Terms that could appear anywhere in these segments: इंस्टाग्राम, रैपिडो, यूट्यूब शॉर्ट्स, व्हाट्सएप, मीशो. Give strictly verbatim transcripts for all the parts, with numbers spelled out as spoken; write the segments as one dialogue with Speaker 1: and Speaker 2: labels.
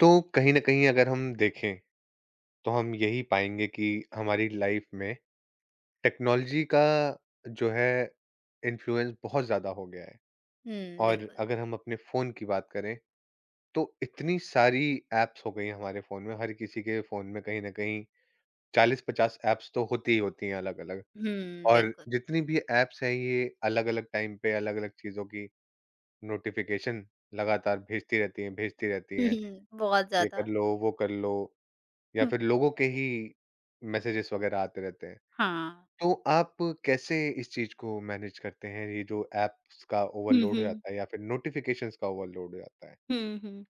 Speaker 1: तो कहीं ना कहीं अगर हम देखें तो हम यही पाएंगे कि हमारी लाइफ में टेक्नोलॉजी का जो है इन्फ्लुएंस बहुत ज़्यादा हो गया है।
Speaker 2: हुँ,
Speaker 1: और
Speaker 2: बिल्कुल।
Speaker 1: अगर हम अपने फ़ोन की बात करें तो इतनी सारी एप्स हो गई हैं हमारे फ़ोन में, हर किसी के फ़ोन में कहीं ना कहीं चालीस पचास एप्स तो होती ही होती हैं अलग अलग।
Speaker 2: हुँ,
Speaker 1: और
Speaker 2: बिल्कुल।
Speaker 1: जितनी भी एप्स हैं ये अलग अलग टाइम पे अलग अलग चीज़ों की नोटिफिकेशन लगातार भेजती रहती हैं भेजती रहती
Speaker 2: हुँ,
Speaker 1: हैं,
Speaker 2: हुँ, बहुत
Speaker 1: ये कर
Speaker 2: ज़्यादा।
Speaker 1: लो वो कर लो, या
Speaker 2: हुँ।
Speaker 1: फिर लोगों के ही मैसेजेस वगैरह आते रहते हैं।
Speaker 2: हाँ।
Speaker 1: तो आप कैसे इस चीज़ को मैनेज करते हैं, ये जो ऐप्स का
Speaker 2: हुँ,
Speaker 1: ओवरलोड हो
Speaker 2: हुँ।
Speaker 1: जाता है या फिर नोटिफ़िकेशंस का ओवरलोड हो जाता है?
Speaker 2: हुँ, हुँ।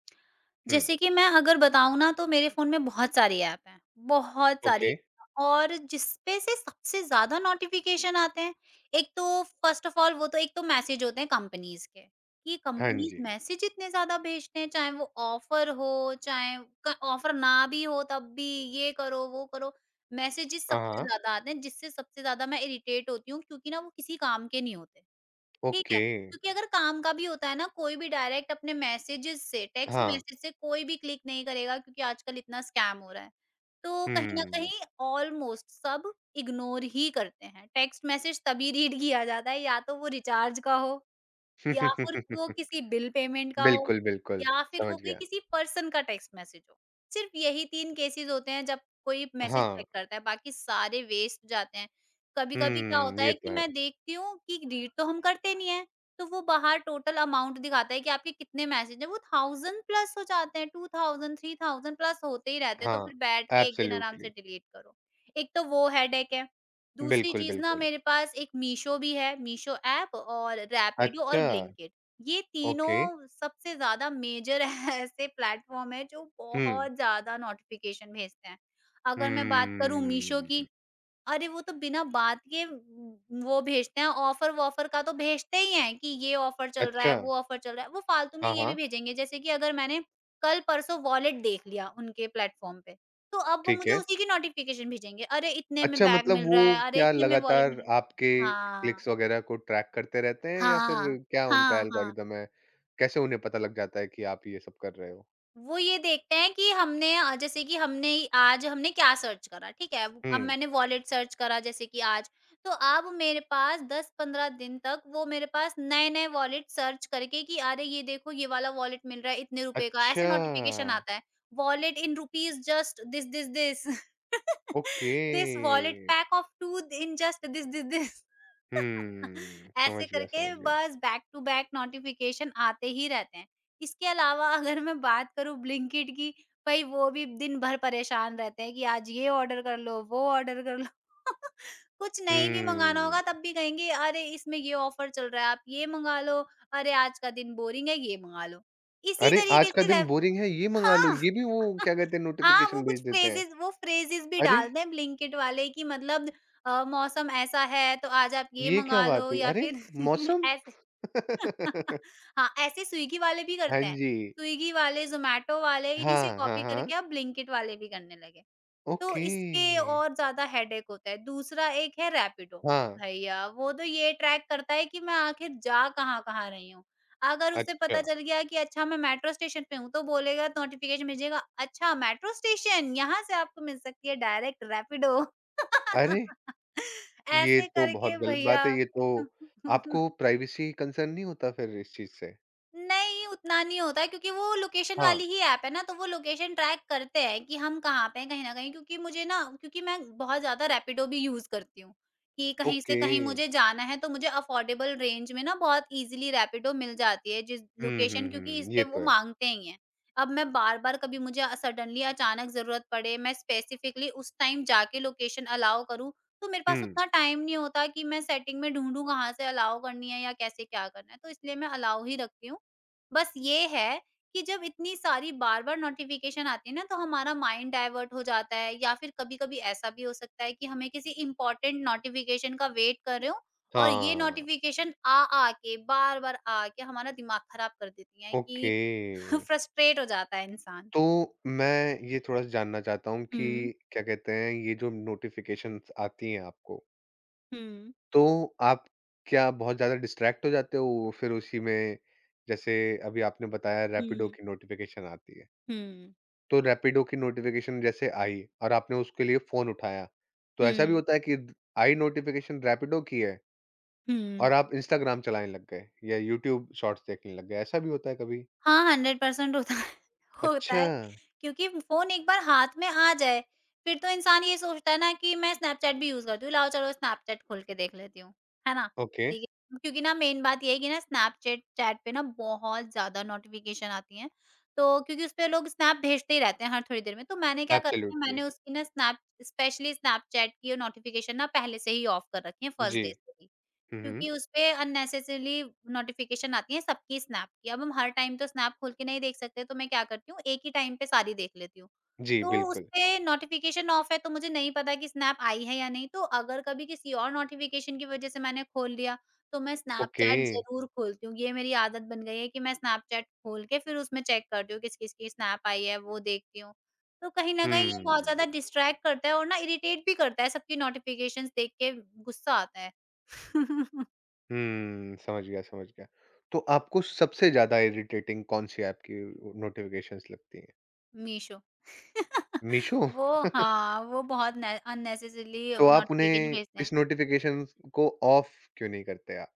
Speaker 1: हुँ,
Speaker 2: जैसे कि मैं अगर बताऊँ ना तो मेरे फ़ोन में बहुत सारी ऐप हैं, बहुत सारी
Speaker 1: ओके।
Speaker 2: ऐप हैं, और जिसपे से सबसे ज़्यादा नोटिफ़िकेशन आते हैं, एक तो फ़र्स्ट ऑफ़ ऑल वो तो एक तो मैसेज होते हैं कंपनीज़ के, कि
Speaker 1: हाँ
Speaker 2: कंपनीज़
Speaker 1: जी।
Speaker 2: मैसेज इतने ज़्यादा भेजते हैं, चाहे वो ऑफ़र हो, चाहे क ऑफ़र ना भी हो तब भी ये करो, वो करो, मैसेजेस
Speaker 1: हाँ,
Speaker 2: सबसे
Speaker 1: हाँ।
Speaker 2: ज़्यादा आते हैं जिससे सबसे ज़्यादा मैं इरिटेट होती हूँ क्योंकि ना वो किसी काम के नहीं होते। ठीक है,
Speaker 1: ओके।
Speaker 2: क्योंकि अगर काम का भी होता है ना, कोई भी डायरेक्ट अपने मैसेजेज़ से, टेक्स्ट
Speaker 1: हाँ।
Speaker 2: मैसेज से कोई भी क्लिक नहीं करेगा क्योंकि आजकल इतना स्कैम हो रहा है। तो कहीं न
Speaker 1: हुँ।
Speaker 2: कहीं ऑलमोस्ट सब इग्नोर ही करते हैं। टेक्स्ट मैसेज तभी रीड किया जाता है या तो वो रिचार्ज का हो या फिर वो किसी बिल पेमेंट का हो,
Speaker 1: बिल्कुल, बिल्कुल।
Speaker 2: या फिर वो
Speaker 1: समझ
Speaker 2: कोई
Speaker 1: गया।
Speaker 2: किसी पर्सन का टेक्स्ट मैसेज हो। सिर्फ यही तीन केसेज़ होते हैं जब कोई मैसेज
Speaker 1: हाँ।
Speaker 2: चेक करता है, बाकी सारे वेस्ट जाते हैं। कभी-कभी क्या
Speaker 1: हुँ,
Speaker 2: होता
Speaker 1: ये
Speaker 2: है
Speaker 1: तो
Speaker 2: कि
Speaker 1: है।
Speaker 2: मैं देखती हूँ कि रीड तो हम करते नहीं हैं, तो वो बाहर टोटल अमाउंट दिखाता है कि आपके कितने मैसेज हैं, वो वन थाउज़ेंड प्लस हो जाते हैं, two thousand, three thousand plus होते ही रहते हैं, तो
Speaker 1: हाँ,
Speaker 2: फिर बैठ के एक दिन आराम
Speaker 1: एब्सोल्यूटली।
Speaker 2: से डिलीट करो। एक तो वो हेडेक है। दूसरी
Speaker 1: बिल्कुल,
Speaker 2: चीज़ ना
Speaker 1: बिल्कुल।
Speaker 2: मेरे पास एक मीशो भी है, मीशो ऐप और रैपिडो और
Speaker 1: अच्छा,
Speaker 2: ब्लिंकिट। ये
Speaker 1: ओके।
Speaker 2: तीनों सबसे ज़्यादा मेजर ऐसे प्लेटफ़ॉर्म हैं जो
Speaker 1: हुँ।
Speaker 2: बहुत ज़्यादा नोटिफ़िकेशन भेजते हैं। अगर मैं बात करूँ मीशो की,
Speaker 1: हुँ।
Speaker 2: अरे वो तो बिना बात के म, वो भेजते हैं ऑफर-वॉफर का तो भेजते ही हैं कि ये ऑफर चल रहा
Speaker 1: अच्छा।
Speaker 2: है, वो ऑफर चल रहा है। वो फालतू में
Speaker 1: हाँ,
Speaker 2: ये भी
Speaker 1: हाँ।
Speaker 2: भेजेंगे जैसे कि अगर मैंने कल-परसों वॉलेट देख लिया उनके प्लेटफ़ॉर्म पे, तो अब वो
Speaker 1: ठीक
Speaker 2: मुझे
Speaker 1: है।
Speaker 2: उसी की नोटिफ़िकेशन भेजेंगे, "अरे इतने में
Speaker 1: अच्छा
Speaker 2: बैग
Speaker 1: मतलब
Speaker 2: मिल
Speaker 1: वो
Speaker 2: रहा है, अरे
Speaker 1: क्या
Speaker 2: इतने में वॉलेट मिल
Speaker 1: लगातार आपके
Speaker 2: रहा है।" हाँ।
Speaker 1: क्लिक्स वगैरह को ट्रैक करते रहते हैं या फिर
Speaker 2: हाँ।
Speaker 1: क्या उनका
Speaker 2: हाँ, हाँ।
Speaker 1: एल्गोरिदम है? कैसे उन्हें पता लग जाता है कि आप ये सब कर रहे हो?
Speaker 2: वो ये देखते हैं कि हमने अ, जैसे कि हमने आज हमने क्या सर्च करा, ठीक है? अब
Speaker 1: हुँ।
Speaker 2: मैंने वॉलेट सर्च करा जैसे कि आज, तो अब मेरे पास दस पंद्रह दिन तक वो मेरे पास नए-नए वॉलेट सर्च करके कि अरे ये देखो ये वाला वॉलेट मिल रहा है इतने रुपए का,
Speaker 1: अच्छा,
Speaker 2: ऐसे नोटिफ़िकेशन आता है, wallet in rupees just this, this, this.
Speaker 1: Okay.
Speaker 2: This wallet pack of two in just this, this, this.
Speaker 1: हुँ, समझ
Speaker 2: ऐसे
Speaker 1: गया, समझ
Speaker 2: करके
Speaker 1: गया।
Speaker 2: बस बैक टू बैक नोटिफ़िकेशन आते ही रहते हैं। इसके अलावा अगर मैं बात करूँ ब्लिंकिट की, भई वो भी दिन भर परेशान रहते हैं कि आज ये ऑर्डर कर लो, वो ऑर्डर कर लो। कुछ नहीं भी मँगाना होगा
Speaker 1: हुँ।
Speaker 2: तब भी कहेंगे अरे इसमें ये ऑफर चल रहा है, आप ये मँगा लो, अरे आज का दिन बोरिंग है, ये मँगा लो। इसी
Speaker 1: अरे! आज
Speaker 2: तरीके
Speaker 1: का
Speaker 2: से
Speaker 1: दिन
Speaker 2: रेफ
Speaker 1: बोरिंग है, ये मँगा लो,
Speaker 2: हाँ।
Speaker 1: ये भी वो क्या कहते हैं
Speaker 2: हाँ, वो
Speaker 1: नोटिफ़िकेशन भेज
Speaker 2: कुछ
Speaker 1: देते हैं।
Speaker 2: फ्रेज़ेज़ वो फ्रेज़ेज़ भी
Speaker 1: अरे!
Speaker 2: डालते हैं ब्लिंकिट वाले कि मतलब अ, मौसम ऐसा है तो आज आप ये
Speaker 1: ये क्या
Speaker 2: मँगा
Speaker 1: बात
Speaker 2: लो
Speaker 1: हुई?
Speaker 2: या
Speaker 1: अरे!
Speaker 2: फिर
Speaker 1: मौसम?
Speaker 2: ऐसे। हाँ, ऐसे स्विगी वाले भी
Speaker 1: हाँ
Speaker 2: करते हैं।
Speaker 1: जी।
Speaker 2: स्विगी वाले, ज़ोमैटो वाले इन्हीं से
Speaker 1: हाँ, हाँ,
Speaker 2: कॉपी
Speaker 1: हाँ।
Speaker 2: करके अब ब्लिंकिट वाले भी करने लगे। तो
Speaker 1: ओके।
Speaker 2: इसके और ज़्यादा हेडेक होता है। दूसरा एक है रैपिडो।
Speaker 1: हाँ।
Speaker 2: भैया, वो तो ये ट्रैक करता है कि मैं आखिर जा कहाँ-कहाँ रही हूँ। अगर उसे
Speaker 1: अच्छा,
Speaker 2: पता चल गया कि अच्छा मैं मेट्रो स्टेशन पे हूँ, तो बोलेगा नोटिफ़िकेशन भेजेगा, "अच्छा मेट्रो स्टेशन! यहाँ से आपको मिल सकती है डायरेक्ट रैपिडो।"
Speaker 1: अरे! ये
Speaker 2: ऐसे
Speaker 1: तो बहुत
Speaker 2: करके
Speaker 1: गलत बात है,
Speaker 2: भैया।
Speaker 1: ये तो आपको प्राइवेसी कंसर्न नहीं होता फिर इस चीज़ से?
Speaker 2: नहीं, उतना नहीं होता है क्योंकि वो लोकेशन
Speaker 1: हाँ,
Speaker 2: वाली ही ऐप है ना, तो वो लोकेशन ट्रैक करते हैं कि हम कहाँ पे हैं कहीं न कहीं, क्योंकि मुझे ना क्योंकि मैं बहुत ज़्यादा रैपिडो भी यूज़ करती हूँ, कि कहीं से
Speaker 1: ओके।
Speaker 2: कहीं मुझे जाना है तो मुझे अफोर्डेबल रेंज में ना बहुत ईज़िली रैपिडो मिल जाती है, जिस
Speaker 1: हुँ, हुँ,
Speaker 2: लोकेशन क्योंकि इस
Speaker 1: हुँ,
Speaker 2: पे
Speaker 1: ये तो
Speaker 2: वो
Speaker 1: है।
Speaker 2: माँगते ही हैं। अब मैं बार-बार, कभी मुझे अ, सडनली अचानक ज़रूरत पड़े, मैं स्पेसिफिकली उस टाइम जाके लोकेशन अलाउ करूँ, तो मेरे पास
Speaker 1: हुँ,
Speaker 2: उतना टाइम नहीं होता कि मैं सेटिंग में ढूँढूँ कहाँ से अलाउ करनी है या कैसे क्या करना है, तो इसलिए मैं अलाउ ही रखती हूँ। बस ये है कि जब इतनी सारी बार-बार नोटिफ़िकेशन आती है ना, तो हमारा माइंड डाइवर्ट हो जाता है या फिर कभी-कभी ऐसा भी हो सकता है कि हमें किसी इम्पोर्टेंट नोटिफ़िकेशन का वेट कर रहे हो और ये
Speaker 1: हाँ,
Speaker 2: नोटिफ़िकेशन आ-आ के, बार-बार आ के हमारा दिमाग खराब कर देती हैं कि
Speaker 1: ओके।
Speaker 2: फ्रस्ट्रेट हो जाता है इंसान।
Speaker 1: तो मैं ये थोड़ा-सा जानना चाहता हूँ कि
Speaker 2: हुँ,
Speaker 1: क्या कहते हैं, ये जो नोटिफ़िकेशंस आती हैं आपको,
Speaker 2: हुँ,
Speaker 1: तो आप क्या बहुत ज़्यादा डिस्ट्रैक्ट हो जाते हो फिर उसी में? जैसे अभी आपने बताया रैपिडो
Speaker 2: हुँ,
Speaker 1: की नोटिफ़िकेशन आती है।
Speaker 2: हुँ,
Speaker 1: तो रैपिडो की नोटिफ़िकेशन जैसे आई और आपने उसके लिए फ़ोन उठाया, तो ऐसा भी
Speaker 2: हुँ,
Speaker 1: होता है कि द आई नोटिफ़िकेशन रैपिडो की है
Speaker 2: हुँ।
Speaker 1: और आप इंस्टाग्राम चलाने लग गए या यूट्यूब शॉर्ट्स देखने लग गए, ऐसा भी होता है कभी?
Speaker 2: हाँ, हंड्रेड परसेंट होता है, होता
Speaker 1: अच्छा,
Speaker 2: है, क्योंकि फ़ोन एक बार हाथ में आ जाए, फिर तो इंसान ये सोचता है ना कि मैं स्नैपचैट भी यूज़ करती हूँ, लाओ चलो स्नैपचैट खोल के देख लेती हूँ, है ना?
Speaker 1: ओके,
Speaker 2: ठीक है, क्योंकि ना मेन बात ये है कि ना स्नैपचैट चैट पे ना बहुत ज़्यादा नोटिफ़िकेशन आती हैं, तो क्योंकि उसपे लोग स्नैप भेजते ही रहते हैं हर थोड़ी देर में, तो मैंने क्या करा है,
Speaker 1: एब्सोल्युटली।
Speaker 2: मैंने उसकी ना स्नैप स्पेशली स्नैपचैट की नोटिफ़िकेशन ना पहले से ही ऑफ कर रखी है फर्स्ट
Speaker 1: जी।
Speaker 2: डे से ही।
Speaker 1: हुँ, हुँ।
Speaker 2: क्योंकि उसपे अननेसेसरीली नोटिफ़िकेशन आती है सबकी स्नैप की। अब हम हर टाइम तो स्नैप खोल के नहीं देख सकते, तो मैं क्या करती हूँ, एक ही टाइम पे सारी देख लेती हूँ।
Speaker 1: जी,
Speaker 2: तो
Speaker 1: बिल्कुल।
Speaker 2: उसपे नोटिफ़िकेशन ऑफ है, तो मुझे नहीं पता कि स्नैप आई है या नहीं, तो अगर कभी किसी और नोटिफ़िकेशन की वज़ह से मैंने खोल लिया, तो मैं
Speaker 1: ओके।
Speaker 2: स्नैपचैट ज़रूर खोलती हूँ। ये मेरी आदत बन गई है कि मैं स्नैपचैट खोल के फिर उसमें चेक करती हूँ, किस-किस की स्नैप आई है, वो देखती हूँ। तो कहीं न कहीं ये बहुत
Speaker 1: हुँ।
Speaker 2: ज़्यादा डिस्ट्रैक्ट करता है और ना इरिटेट भी करता है, सबकी नोटिफ़िकेशंस देख के गुस्सा आता है।
Speaker 1: हुँ, समझ गया, समझ गया। तो आपको सबसे ज़्यादा इरिटेटिंग कौन-सी ऐप की अ, नोटिफ़िकेशंस लगती हैं?
Speaker 2: मीशो।
Speaker 1: मीशो?
Speaker 2: वो, हाँ, वो बहुत ने अननेसेसरीली
Speaker 1: तो आप
Speaker 2: नोटिफ़िकेशन
Speaker 1: उन्हें
Speaker 2: भेजते हैं।
Speaker 1: इस नोटिफ़िकेशंस को ऑफ क्यों नहीं करते आप?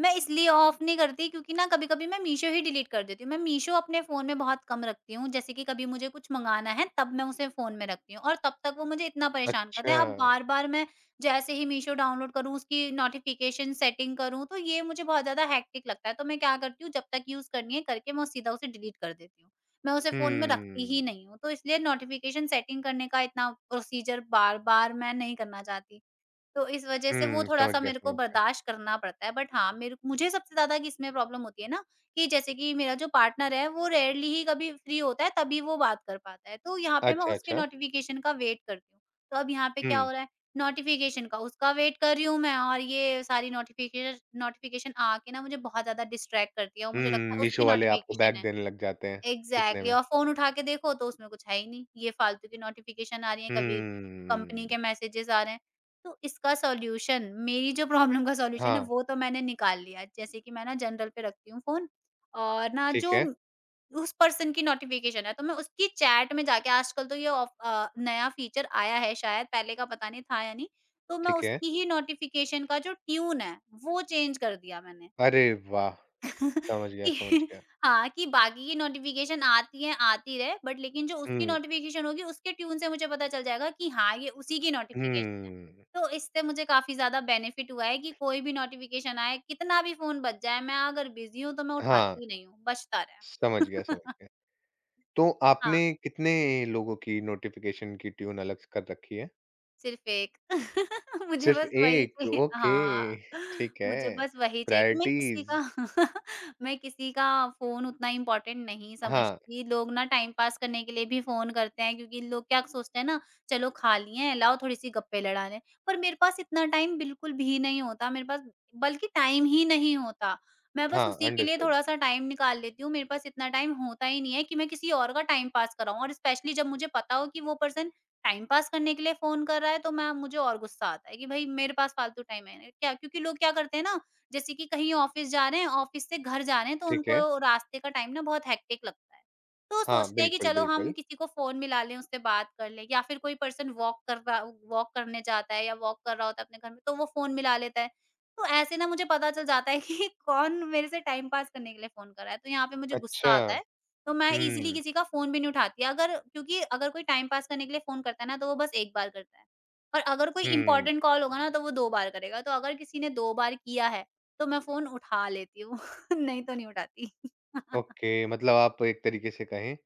Speaker 2: मैं इसलिए ऑफ नहीं करती क्योंकि ना कभी-कभी मैं मीशो ही डिलीट कर देती हूँ। मैं मीशो अपने फ़ोन में बहुत कम रखती हूँ, जैसे कि कभी मुझे कुछ मँगाना है तब मैं उसे फ़ोन में रखती हूँ और तब तक वो मुझे इतना परेशान करते
Speaker 1: अच्छा।
Speaker 2: हैं। अब बार-बार मैं जैसे ही मीशो डाउनलोड करूँ, उसकी नोटिफ़िकेशन सेटिंग करूँ, तो ये मुझे बहुत ज़्यादा हेक्टिक लगता है। तो मैं क्या करती हूँ, जब तक यूज़ करनी है करके मैं सीधा उसे डिलीट कर देती हूँ। मैं उसे फ़ोन में रखती ही
Speaker 1: हुँ।
Speaker 2: नहीं हूँ, तो इसलिए नोटिफ़िकेशन सेटिंग करने का इतना प्रोसीजर बार-बार मैं नहीं करना चाहती। तो इस वजह से वो
Speaker 1: हुँ, समझ
Speaker 2: थोड़ा-सा
Speaker 1: गया,
Speaker 2: मेरे को
Speaker 1: समझ गया।
Speaker 2: बर्दाश्त करना पड़ता है। बट हाँ, मेरे मुझे सबसे ज़्यादा किसमें प्रॉब्लम होती है ना कि जैसे कि मेरा जो पार्टनर है, वो रेयरली ही कभी फ्री होता है, तभी वो बात कर पाता है। तो यहाँ पे मैं
Speaker 1: अच्छा,
Speaker 2: उसके
Speaker 1: अच्छा।
Speaker 2: नोटिफ़िकेशन का वेट करती हूँ। तो अब यहाँ पे क्या
Speaker 1: हुँ,
Speaker 2: हो रहा है, नोटिफ़िकेशन का उसका वेट कर रही हूँ मैं और ये सारी नोटिफ़िकेश नोटिफ़िकेशन आके ना मुझे बहुत ज़्यादा डिस्ट्रैक्ट करती है और
Speaker 1: हुँ,
Speaker 2: मुझे लगता है उसकी
Speaker 1: मीशो वाले आपको
Speaker 2: नोटिफ़िकेशन
Speaker 1: बैग
Speaker 2: है।
Speaker 1: देने लग जाते हैं इतने
Speaker 2: एग्ज़ैक्टली,
Speaker 1: में।
Speaker 2: और फ़ोन उठा के देखो तो उसमें कुछ है ही नहीं। ये फालतू की नोटिफ़िकेशन आ रही है, कभी कंपनी के
Speaker 1: हुँ।
Speaker 2: मैसेजेस आ रहे हैं। तो इसका सॉल्यूशन, मेरी जो प्रॉब्लम का सॉल्यूशन है
Speaker 1: हाँ,
Speaker 2: वो तो मैंने निकाल लिया है। जैसे कि मैं ना जनरल पे रखती हूँ फ़ोन और ना
Speaker 1: ठीक
Speaker 2: जो
Speaker 1: है,
Speaker 2: उस पर्सन की नोटिफ़िकेशन है तो मैं उसकी चैट में जाके, आजकल तो ये ऑफ अ, नया फ़ीचर आया है शायद, पहले का पता नहीं था या नहीं। तो मैं
Speaker 1: ठीक है।
Speaker 2: उसकी ही नोटिफ़िकेशन का जो ट्यून है वो चेंज कर दिया मैंने।
Speaker 1: अरे वाह! समझ गया,
Speaker 2: कि
Speaker 1: समझ गया।
Speaker 2: हाँ, कि बाकी की नोटिफ़िकेशन आती है, आती रहे बट लेकिन जो उसकी
Speaker 1: हुँ,
Speaker 2: नोटिफ़िकेशन होगी उसके ट्यून से मुझे पता चल जाएगा कि हाँ, ये उसी की नोटिफ़िकेशन है।
Speaker 1: हुँ।
Speaker 2: तो इससे मुझे काफ़ी ज़्यादा बेनिफिट हुआ है कि कोई भी नोटिफ़िकेशन आए, कितना भी फ़ोन बज जाए, मैं अगर बिज़ी हूँ तो मैं
Speaker 1: हाँ,
Speaker 2: उठाती ही नहीं हूँ, बजता
Speaker 1: समझ गया,
Speaker 2: रहे।
Speaker 1: समझ गया। तो
Speaker 2: हाँ।
Speaker 1: आपने कितने लोगों की नोटिफ़िकेशन की ट्यून अलग से कर रखी है?
Speaker 2: सिर्फ़ एक। मुझे
Speaker 1: सिर्फ़
Speaker 2: बस वही
Speaker 1: एक,
Speaker 2: चाहिए,
Speaker 1: ओके,
Speaker 2: हाँ,
Speaker 1: ठीक
Speaker 2: मुझे
Speaker 1: है।
Speaker 2: बस वही चाहिए कि मैं किसी
Speaker 1: प्रायोरिटीज़।
Speaker 2: का मैं किसी का फ़ोन उतना इम्पोर्टेंट नहीं
Speaker 1: हाँ,
Speaker 2: समझती। लोग ना टाइम पास करने के लिए भी फ़ोन करते हैं क्योंकि लोग क्या सोचते हैं ना, चलो खा लिए हैं, लाओ थोड़ी-सी गप्पें लड़ा लें। पर मेरे पास इतना टाइम बिल्कुल भी नहीं होता, मेरे पास बल्कि टाइम ही नहीं होता। मैं बस
Speaker 1: हाँ,
Speaker 2: उसी के लिए
Speaker 1: अंडरस्टूड।
Speaker 2: थोड़ा-सा टाइम निकाल लेती हूँ। मेरे पास इतना टाइम होता ही नहीं है कि मैं किसी और का टाइम पास कराऊँ, और स्पेशली जब मुझे पता हो कि वो पर्सन टाइम पास करने के लिए फ़ोन कर रहा है तो मैं मुझे और गुस्सा आता है कि भई मेरे पास फ़ालतू टाइम है क्या, क्योंकि लोग क्या करते हैं ना, जैसे कि कहीं ऑफ़िस जा रहे हैं, ऑफ़िस से घर जा रहे हैं तो
Speaker 1: ठीक है।
Speaker 2: उनको रास्ते का टाइम ना बहुत हेक्टिक लगता है। तो
Speaker 1: हाँ,
Speaker 2: सोचते हैं कि
Speaker 1: बिल्कुल,
Speaker 2: चलो हम
Speaker 1: बिल्कुल।
Speaker 2: किसी को फ़ोन मिला लें, उससे बात कर लें, या फिर कोई पर्सन वॉक कर रहा वॉक करने जाता है या वॉक कर रहा होता है अपने घर में, तो वो फ़ोन मिला लेता है। तो ऐसे ना मुझे पता चल जाता है कि कौन मेरे से टाइम पास करने के लिए फ़ोन कर रहा है, तो यहाँ पे मुझे गुस्सा
Speaker 1: अच्छा।
Speaker 2: आता है। तो मैं ईज़िली
Speaker 1: हुँ,
Speaker 2: किसी का फ़ोन भी नहीं उठाती, अगर क्योंकि अगर कोई टाइम पास करने के लिए फ़ोन करता है ना, तो वो बस एक बार करता है, और अगर कोई
Speaker 1: हुँ।
Speaker 2: इम्पोर्टेंट कॉल होगा ना, तो वो दो बार करेगा। तो अगर किसी ने दो बार किया है, तो मैं फ़ोन उठा लेती हूँ, नहीं तो नहीं उठाती।
Speaker 1: ओके, मतलब आप एक तरीके से कहें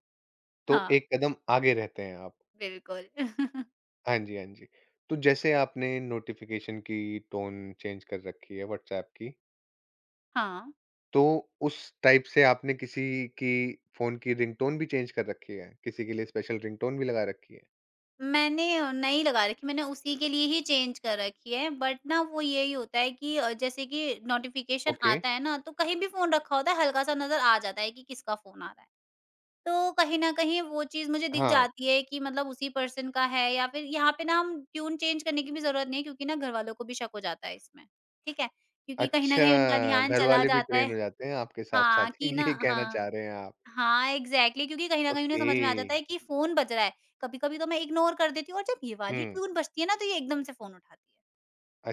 Speaker 1: तो
Speaker 2: हाँ,
Speaker 1: एक कदम आगे रहते हैं आप।
Speaker 2: बिल्कुल।
Speaker 1: हाँ जी, हाँ जी। तो जैसे आपने नोटिफ़िकेशन की टोन चेंज कर रखी है व्हाट्सएप की,
Speaker 2: हाँ,
Speaker 1: तो उस टाइप से आपने किसी की फ़ोन की रिंगटोन भी चेंज कर रखी है? किसी के लिए स्पेशल रिंगटोन भी लगा रखी है?
Speaker 2: मैंने नहीं लगा रखी, मैंने उसी के लिए ही चेंज कर रखी है। बट ना वो यही होता है कि अ, जैसे कि नोटिफ़िकेशन
Speaker 1: ओके।
Speaker 2: आता है ना, तो कहीं भी फ़ोन रखा होता है, हल्का-सा नज़र आ जाता है कि किसका फ़ोन आ रहा है। तो कहीं न कहीं वो चीज़ मुझे दिख
Speaker 1: हाँ।
Speaker 2: जाती है कि मतलब उसी पर्सन का है, या फिर यहाँ पे ना हम ट्यून चेंज करने की भी ज़रूरत नहीं है, क्योंकि ना घरवालों को भी शक हो जाता है इसमें, ठीक है? क्योंकि कहीं न
Speaker 1: अच्छा,
Speaker 2: कहीं उनका ध्यान चला
Speaker 1: घरवाले भी
Speaker 2: जाता
Speaker 1: ट्रेन
Speaker 2: है।
Speaker 1: हो जाते हैं आपके
Speaker 2: हाँ,
Speaker 1: साथ-साथ,
Speaker 2: कि ना
Speaker 1: ये कहना चाह
Speaker 2: हाँ।
Speaker 1: रहे हैं आप।
Speaker 2: हाँ, एग्ज़ैक्टली, क्योंकि कहीं न कहीं उन्हें
Speaker 1: ओके।
Speaker 2: समझ में आ जाता है कि फ़ोन बज रहा है। कभी-कभी तो मैं इग्नोर कर देती हूँ, और जब ये वाली
Speaker 1: हुँ।
Speaker 2: ट्यून बजती है ना, तो ये एकदम से फ़ोन उठाती है।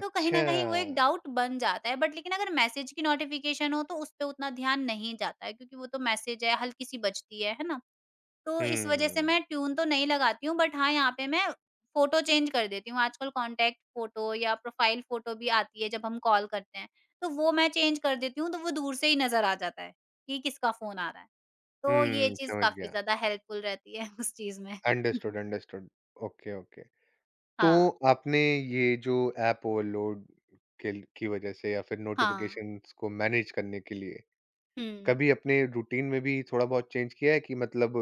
Speaker 2: तो कहीं न कहीं वो एक डाउट बन जाता है, बट लेकिन अगर मैसेज की नोटिफ़िकेशन हो तो उस पे उतना ध्यान नहीं जाता है, क्योंकि वो तो मैसेज है, हल्की-सी बजती है, है ना? तो इस वजह से
Speaker 1: हुँ।
Speaker 2: मैं ट्यून तो नहीं लगाती हूँ, बट हाँ, यहाँ पे मैं फ़ोटो चेंज कर देती हूँ। आजकल कॉन्टैक्ट फ़ोटो या प्रोफ़ाइल फ़ोटो भी आती है जब हम कॉल करते हैं, तो वो मैं चेंज कर देती हूँ, तो वो दूर से ही नज़र आ जाता है कि किसका फ़ोन आ रहा है। तो ये
Speaker 1: हुँ,
Speaker 2: चीज़
Speaker 1: समझ
Speaker 2: काफ़ी
Speaker 1: गया।
Speaker 2: ज़्यादा हेल्पफुल रहती है उस चीज़ में।
Speaker 1: Understood, understood. Okay, okay. तो
Speaker 2: हाँ,
Speaker 1: आपने ये जो ऐप ओवरलोड के ल की वजह से या फिर
Speaker 2: हाँ।
Speaker 1: नोटिफ़िकेशंस को मैनेज करने के लिए,
Speaker 2: हुँ।
Speaker 1: कभी अपने रूटीन में भी थोड़ा-बहुत चेंज किया है कि मतलब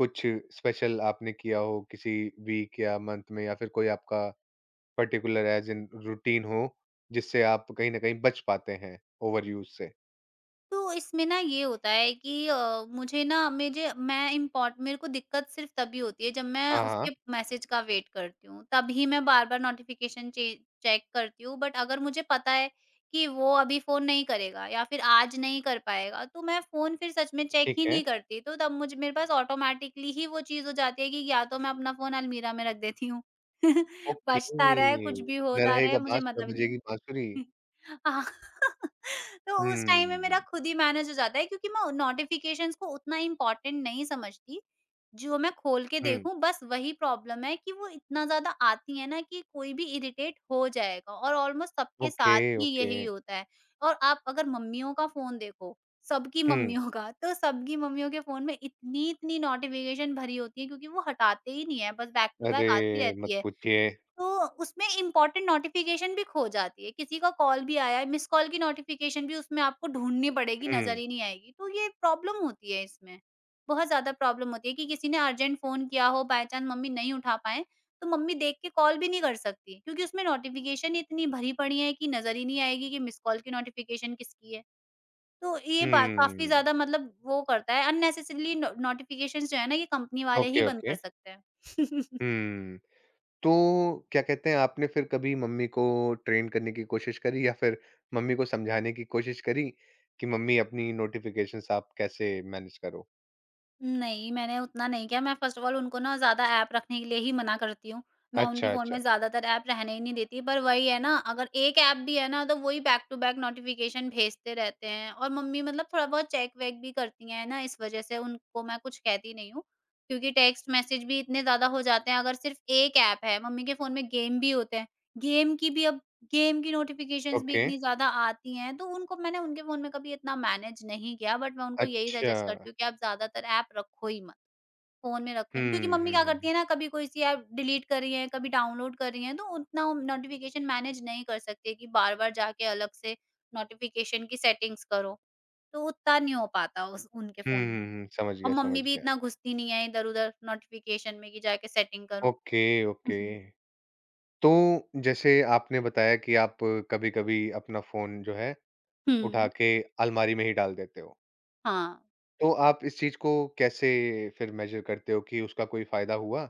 Speaker 1: कुछ स्पेशल आपने किया हो किसी वीक या मंथ में, या फिर कोई आपका पर्टिकुलर एज़ इन रूटीन हो, जिससे आप कहीं न कहीं बच पाते हैं ओवरयूज़ से?
Speaker 2: तो इसमें ना ये होता है कि अ, मुझे ना मुझे मैं इम्पोर्ट मेरे को दिक्कत सिर्फ तभी होती है जब मैं
Speaker 1: हाँ, हाँ।
Speaker 2: उसके मैसेज का वेट करती हूँ, तभी मैं बार बार नोटिफिकेशन चेक करती हूँ। बट अगर मुझे पता है कि वो अभी फोन नहीं करेगा या फिर आज नहीं कर पाएगा, तो मैं फोन फिर सच में चेक
Speaker 1: ठीक
Speaker 2: ही
Speaker 1: है।
Speaker 2: नहीं करती, तो तब मुझे मेरे पास ऑटोमेटिकली ही वो चीज हो जाती है कि या तो मैं अपना फोन अलमीरा में रख देती हूँ।
Speaker 1: ओके।
Speaker 2: बचता रहे, कुछ भी
Speaker 1: न
Speaker 2: होता
Speaker 1: रहेगा
Speaker 2: रहे, मुझे
Speaker 1: बाँस, न
Speaker 2: मतलब नहीं है।
Speaker 1: बजेगी बाँसुरी।
Speaker 2: हाँ। तो उस टाइम में मेरा
Speaker 1: हुँ,
Speaker 2: खुद ही मैनेज हो जाता है, क्योंकि मैं नोटिफिकेशंस को उतना इम्पोर्टेंट नहीं समझती। जो मैं खोल के
Speaker 1: हुँ,
Speaker 2: देखूँ, बस वही प्रॉब्लम है कि वो इतना ज़्यादा आती है ना, कि कोई भी इरिटेट हो जाएगा, और ऑलमोस्ट सबके
Speaker 1: ओके,
Speaker 2: साथ ही
Speaker 1: ओके,
Speaker 2: यही होता है। और आप अगर मम्मियों का फ़ोन देखो, सबकी
Speaker 1: हुँ,
Speaker 2: मम्मियों का, तो सबकी मम्मियों के फ़ोन में इतनी-इतनी नोटिफिकेशन भरी होती है, क्योंकि वो हटाते ही नहीं है, बस बैक टू
Speaker 1: अरे
Speaker 2: बैक आती रहती
Speaker 1: मत
Speaker 2: है।
Speaker 1: पूछिए।
Speaker 2: तो उसमें इम्पोर्टेंट नोटिफिकेशन भी खो जाती है। किसी का कॉल भी आया है, मिस्ड कॉल की नोटिफिकेशन भी उसमें आपको ढूँढनी पड़ेगी, नज़र
Speaker 1: हुँ,
Speaker 2: ही नहीं आएगी। तो ये प्रॉब्लम होती है इसमें। बहुत ज़्यादा प्रॉब्लम होती है कि किसी ने अर्जेंट फ़ोन किया हो, बाय चांस मम्मी नहीं उठा पाएँ, तो मम्मी देख के कॉल भी नहीं कर सकती, क्योंकि उसमें नोटिफिकेशन इतनी भरी पड़ी है कि नज़र ही नहीं आएगी कि मिस्ड कॉल की नोटिफिकेशन किसकी है। तो ये बा काफ़ी
Speaker 1: हुँ,
Speaker 2: ज़्यादा, मतलब वो करता है अननेसेसरीली नो नोटिफिकेशंस जो है ना, ये कंपनी वाले ही
Speaker 1: ओके,
Speaker 2: बंद कर
Speaker 1: ओके,
Speaker 2: सकते हैं।
Speaker 1: हुँ, तो क्या कहते हैं आपने फिर कभी मम्मी को ट्रेन करने की कोशिश करी या फिर मम्मी को समझाने की कोशिश करी कि मम्मी अपनी नोटिफ़िकेशंस आप कैसे मैनेज करो?
Speaker 2: नहीं, मैंने उतना नहीं किया। मैं फ़र्स्ट ऑफ़ ऑल उनको ना ज़्यादा ऐप रखने के लिए ही मना करती हूँ। मैं उनके
Speaker 1: अच्छा,
Speaker 2: फ़ोन
Speaker 1: अच्छा,
Speaker 2: में ज़्यादातर ऐप रहने ही नहीं देती, पर वही है ना, अगर एक ऐप भी है ना, तो वही बैक टू बैक नोटिफ़िकेशन भेजते रहते हैं, और मम्मी मतलब थोड़ा-बहुत चेक-वेक भी करती हैं ना, इस वज़ह से उनको मैं कुछ कहती नहीं हूँ। क्योंकि टेक्स्ट मैसेज भी इतने ज़्यादा हो जाते हैं, अगर सिर्फ़ एक ऐप है, मम्मी के फ़ोन में गेम भी होते हैं। गेम की भी अब गेम की नोटिफ़िकेशंस भी
Speaker 1: ओके,
Speaker 2: इतनी ज़्यादा आती हैं, तो उनको मैंने उनके फ़ोन में कभी इतना मैनेज नहीं किया, बट मैं उनको यही
Speaker 1: अच्छा,
Speaker 2: सजेस्ट करती हूँ कि आप ज़्यादातर ऐप रखो ही मत, फ़ोन में रखो ही मत। क्योंकि
Speaker 1: हुँ,
Speaker 2: मम्मी
Speaker 1: हुँ,
Speaker 2: क्या करती
Speaker 1: हुँ,
Speaker 2: है ना, कभी कोई सी ऐप डिलीट कर रही हैं, कभी डाउनलोड कर रही हैं, तो उतना नोटिफ़िकेशन मैनेज नहीं कर सकती कि बार-बार जाके अलग से नोटिफ़िकेशन की सेटिंग्स करो, तो उतना नहीं हो पाता उस उनके
Speaker 1: हुँ,
Speaker 2: फ़ोन में।
Speaker 1: हुँ, हुँ, समझ
Speaker 2: और
Speaker 1: गया, समझ
Speaker 2: मम्मी भी
Speaker 1: गया,
Speaker 2: इतना घुसती नहीं है इधर-उधर नोटिफ़िकेशन में कि जाके सेटिंग करूँ।
Speaker 1: ओके,
Speaker 2: हुँ,
Speaker 1: ओके।
Speaker 2: हुँ।
Speaker 1: तो जैसे आपने बताया कि आप कभी-कभी अपना फ़ोन जो है, उठा
Speaker 2: हुँ,
Speaker 1: के अलमारी में ही डाल देते हो।
Speaker 2: हाँ।
Speaker 1: तो आप इस चीज़ को कैसे फिर मेज़र करते हो कि उसका कोई फ़ायदा हुआ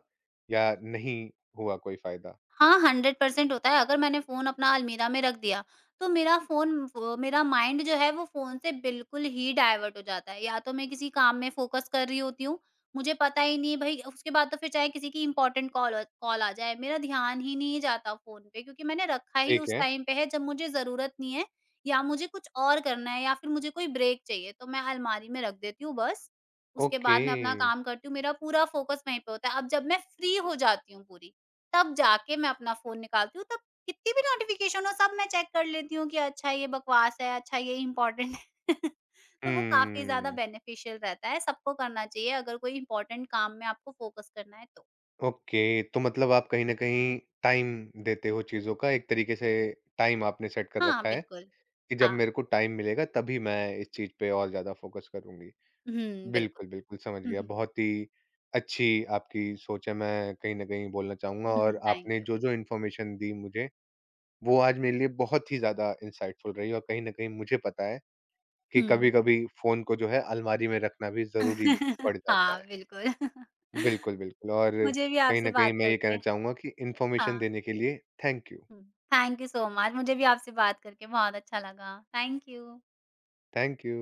Speaker 1: या नहीं हुआ, कोई फ़ायदा?
Speaker 2: हाँ, हंड्रेड परसेंट होता है। अगर मैंने फ़ोन अपना अलमीरा में रख दिया, तो मेरा फ़ोन व मेरा माइंड जो है वो फ़ोन से बिल्कुल ही डाइवर्ट हो जाता है। या तो मैं किसी काम में फ़ोकस कर रही होती हूँ, मुझे पता ही नहीं है भई उसके बाद, तो फिर चाहे किसी की इम्पोर्टेंट कॉल अ, कॉल आ जाए, मेरा ध्यान ही नहीं जाता फ़ोन पे, क्योंकि मैंने रखा ही
Speaker 1: ठीक
Speaker 2: उस
Speaker 1: है।
Speaker 2: टाइम पे है जब मुझे ज़रूरत नहीं है, या मुझे कुछ और करना है, या फिर मुझे कोई ब्रेक चाहिए, तो मैं अलमारी में रख देती हूँ बस। उसके
Speaker 1: ओके।
Speaker 2: बाद मैं अपना काम करती हूँ, मेरा पूरा फ़ोकस वहीं पे होता है। अब जब मैं फ्री हो जाती हूँ पूरी, तब जाके मैं अपना फ़ोन निकालती हूँ, तब कितनी भी नोटिफ़िकेशन हो, सब मैं चेक कर लेती हूँ कि अच्छा ये बकवास है, अच्छा ये इम्पोर्टेंट है। तो वो काफ़ी ज़्यादा
Speaker 1: हुँ।
Speaker 2: बेनिफिशियल रहता है, सबको करना चाहिए अगर कोई इम्पोर्टेंट काम में आपको फ़ोकस करना है तो।
Speaker 1: ओके, तो मतलब आप कहीं न कहीं टाइम देते हो चीज़ों का, एक तरीके से टाइम आपने सेट कर
Speaker 2: हाँ,
Speaker 1: रखा है
Speaker 2: बिल्कुल।
Speaker 1: कि जब
Speaker 2: हाँ।
Speaker 1: मेरे को टाइम मिलेगा तभी मैं इस चीज़ पे और ज़्यादा फ़ोकस करूँगी।
Speaker 2: हुँ, बिल्कुल।
Speaker 1: बिल्कुल, बिल्कुल, समझ
Speaker 2: हुँ,
Speaker 1: गया।
Speaker 2: हुँ।
Speaker 1: बहुत ही अच्छी आपकी सोच है, मैं कहीं न कहीं बोलना चाहूँगा, और
Speaker 2: हुँ, थैंक
Speaker 1: आपने
Speaker 2: यू।
Speaker 1: जो-जो इन्फॉर्मेशन दी मुझे, वो आज मेरे लिए बहुत ही ज़्यादा इनसाइटफुल रही और कहीं न कहीं मुझे पता है कि
Speaker 2: हुँ।
Speaker 1: कभी-कभी फ़ोन को जो है अलमारी में रखना भी ज़रूरी पड़ जाता
Speaker 2: हाँ,
Speaker 1: है।
Speaker 2: बिल्कुल।
Speaker 1: बिल्कुल, बिल्कुल, और
Speaker 2: मुझे भी
Speaker 1: कहीं
Speaker 2: आपसे
Speaker 1: न कहीं
Speaker 2: बात
Speaker 1: मैं ये कहना
Speaker 2: करके
Speaker 1: चाहूँगा कि
Speaker 2: हाँ,
Speaker 1: इन्फॉर्मेशन देने के लिए थैंक यू।
Speaker 2: हुँ। Thank you so much. मुझे भी आपसे बात करके बहुत अच्छा लगा। Thank you.
Speaker 1: Thank you.